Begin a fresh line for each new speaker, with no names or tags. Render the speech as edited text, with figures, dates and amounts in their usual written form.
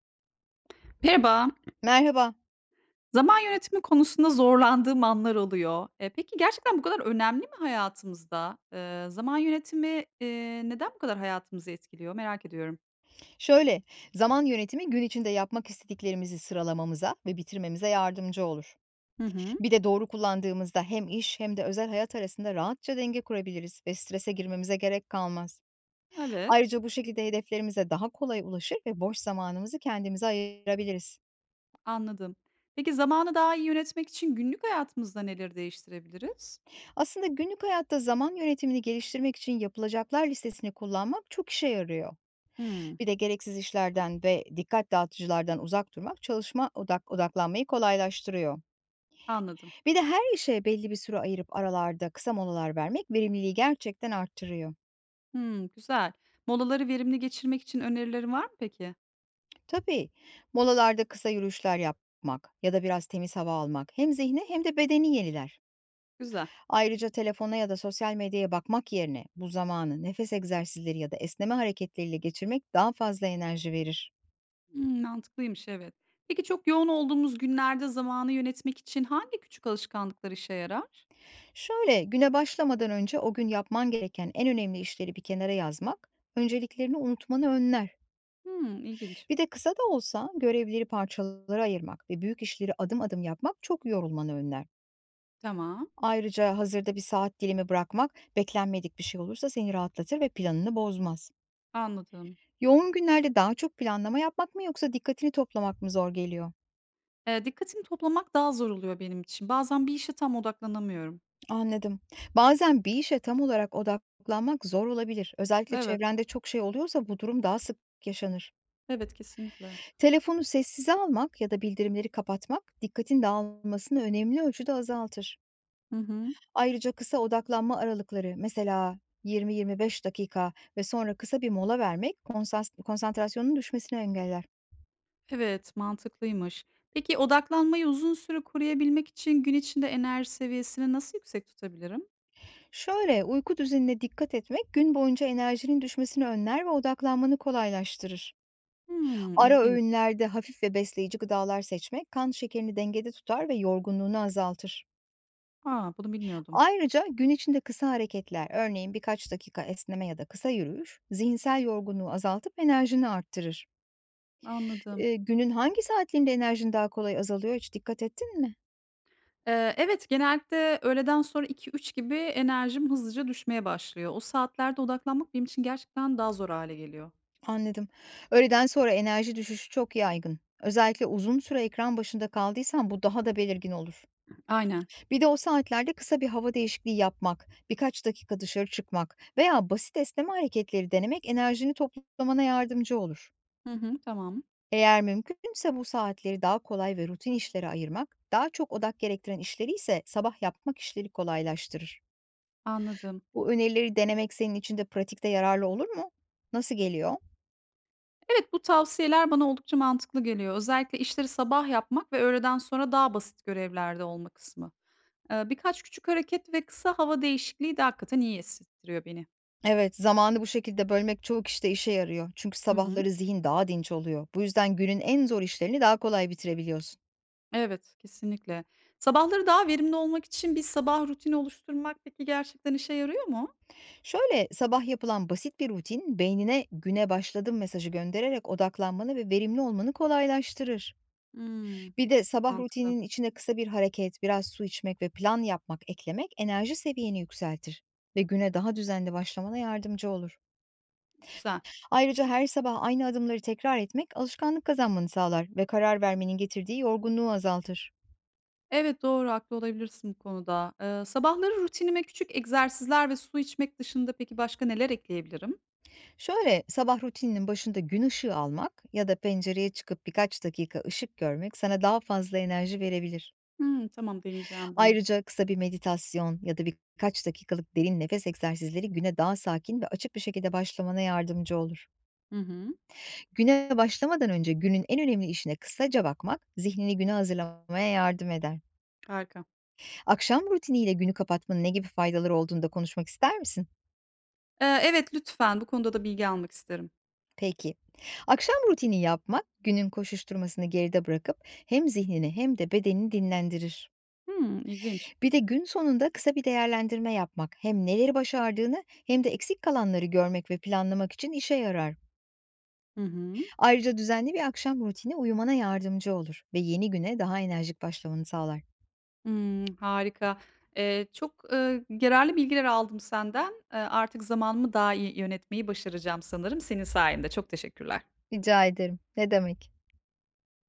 Merhaba.
Merhaba.
Zaman yönetimi konusunda zorlandığım anlar oluyor. E, peki gerçekten bu kadar önemli mi hayatımızda? Zaman yönetimi, neden bu kadar hayatımızı etkiliyor merak ediyorum.
Şöyle, zaman yönetimi gün içinde yapmak istediklerimizi sıralamamıza ve bitirmemize yardımcı olur.
Hı hı.
Bir de doğru kullandığımızda hem iş hem de özel hayat arasında rahatça denge kurabiliriz ve strese girmemize gerek kalmaz.
Evet,
Ayrıca bu şekilde hedeflerimize daha kolay ulaşır ve boş zamanımızı kendimize ayırabiliriz.
anladım. Peki zamanı daha iyi yönetmek için günlük hayatımızda neleri değiştirebiliriz?
Aslında günlük hayatta zaman yönetimini geliştirmek için yapılacaklar listesini kullanmak çok işe yarıyor.
Hımm,
Bir de gereksiz işlerden ve dikkat dağıtıcılardan uzak durmak çalışma odaklanmayı kolaylaştırıyor.
anladım.
Bir de her işe belli bir süre ayırıp aralarda kısa molalar vermek verimliliği gerçekten arttırıyor.
Hımm, güzel. Molaları verimli geçirmek için önerilerin var mı peki?
Tabii, molalarda kısa yürüyüşler yapmak ya da biraz temiz hava almak hem zihni hem de bedeni yeniler.
Güzel.
Ayrıca telefona ya da sosyal medyaya bakmak yerine bu zamanı nefes egzersizleri ya da esneme hareketleriyle geçirmek daha fazla enerji verir.
Hımm, mantıklıymış, evet. Peki çok yoğun olduğumuz günlerde zamanı yönetmek için hangi küçük alışkanlıklar işe yarar?
Şöyle, güne başlamadan önce o gün yapman gereken en önemli işleri bir kenara yazmak, önceliklerini unutmanı önler.
Hımm, ilginç.
Bir de kısa da olsa görevleri parçalara ayırmak ve büyük işleri adım adım yapmak çok yorulmanı önler.
Tamam,
Ayrıca hazırda bir saat dilimi bırakmak beklenmedik bir şey olursa seni rahatlatır ve planını bozmaz.
anladım.
Yoğun günlerde daha çok planlama yapmak mı yoksa dikkatini toplamak mı zor geliyor?
Dikkatimi toplamak daha zor oluyor benim için. Bazen bir işe tam odaklanamıyorum.
Anladım. Bazen bir işe tam olarak odaklanmak zor olabilir. Özellikle
Evet,
çevrende çok şey oluyorsa bu durum daha sık yaşanır.
evet, kesinlikle.
Telefonu sessize almak ya da bildirimleri kapatmak dikkatin dağılmasını önemli ölçüde azaltır.
Hı hı.
Ayrıca kısa odaklanma aralıkları, mesela 20-25 dakika ve sonra kısa bir mola vermek konsantrasyonun düşmesini engeller.
Evet, mantıklıymış. Peki odaklanmayı uzun süre koruyabilmek için gün içinde enerji seviyesini nasıl yüksek tutabilirim?
Şöyle, uyku düzenine dikkat etmek gün boyunca enerjinin düşmesini önler ve odaklanmanı kolaylaştırır.
Hımm,
Ara
ilginç.
öğünlerde hafif ve besleyici gıdalar seçmek kan şekerini dengede tutar ve yorgunluğunu azaltır.
A, bunu bilmiyordum.
Ayrıca gün içinde kısa hareketler, örneğin birkaç dakika esneme ya da kısa yürüyüş, zihinsel yorgunluğu azaltıp enerjini arttırır.
Anladım.
Günün hangi saatlerinde enerjin daha kolay azalıyor, hiç dikkat ettin mi?
Evet, genellikle öğleden sonra iki üç gibi enerjim hızlıca düşmeye başlıyor. O saatlerde odaklanmak benim için gerçekten daha zor hâle geliyor.
Anladım. Öğleden sonra enerji düşüşü çok yaygın. Özellikle uzun süre ekran başında kaldıysan bu daha da belirgin olur.
Aynen.
Bir de o saatlerde kısa bir hava değişikliği yapmak, birkaç dakika dışarı çıkmak veya basit esneme hareketleri denemek enerjini toplamana yardımcı olur.
Hı hı, tamam.
Eğer mümkünse bu saatleri daha kolay ve rutin işlere ayırmak, daha çok odak gerektiren işleri ise sabah yapmak işleri kolaylaştırır.
Anladım.
Bu önerileri denemek senin için de pratikte yararlı olur mu? Nasıl geliyor?
Evet, bu tavsiyeler bana oldukça mantıklı geliyor. Özellikle işleri sabah yapmak ve öğleden sonra daha basit görevlerde olma kısmı. Birkaç küçük hareket ve kısa hava değişikliği de hakikaten iyi hissettiriyor beni.
Evet, zamanı bu şekilde bölmek çoğu kişide işe yarıyor. Çünkü
Hı hı.
sabahları zihin daha dinç oluyor. Bu yüzden günün en zor işlerini daha kolay bitirebiliyorsun.
Evet, kesinlikle. Sabahları daha verimli olmak için bir sabah rutini oluşturmak peki gerçekten işe yarıyor mu?
Şöyle, sabah yapılan basit bir rutin beynine güne başladım mesajı göndererek odaklanmanı ve verimli olmanı kolaylaştırır.
Hımm,
Bir de
çok
sabah
mantıklı.
rutininin içine kısa bir hareket, biraz su içmek ve plan yapmak eklemek enerji seviyeni yükseltir ve güne daha düzenli başlamana yardımcı olur.
Güzel.
Ayrıca her sabah aynı adımları tekrar etmek alışkanlık kazanmanı sağlar ve karar vermenin getirdiği yorgunluğu azaltır.
Evet, doğru, haklı olabilirsin bu konuda. Sabahları rutinime küçük egzersizler ve su içmek dışında peki başka neler ekleyebilirim?
Şöyle, sabah rutininin başında gün ışığı almak ya da pencereye çıkıp birkaç dakika ışık görmek sana daha fazla enerji verebilir.
Hımm, tamam deneyeceğim bunu.
Ayrıca kısa bir meditasyon ya da birkaç dakikalık derin nefes egzersizleri güne daha sakin ve açık bir şekilde başlamana yardımcı olur.
Hı hı.
Güne başlamadan önce günün en önemli işine kısaca bakmak, zihnini güne hazırlamaya yardım eder.
Harika.
Akşam rutiniyle günü kapatmanın ne gibi faydaları olduğunu da konuşmak ister misin?
Evet, lütfen. Bu konuda da bilgi almak isterim.
Peki. Akşam rutini yapmak günün koşuşturmasını geride bırakıp hem zihnini hem de bedenini dinlendirir.
Hımm, ilginç.
Bir de gün sonunda kısa bir değerlendirme yapmak hem neleri başardığını hem de eksik kalanları görmek ve planlamak için işe yarar.
Hı hı.
Ayrıca düzenli bir akşam rutini uyumana yardımcı olur ve yeni güne daha enerjik başlamanı sağlar.
Hımm, harika. Çok, yararlı bilgiler aldım senden. Artık zamanımı daha iyi yönetmeyi başaracağım sanırım senin sayende. Çok teşekkürler.
Rica ederim. Ne demek?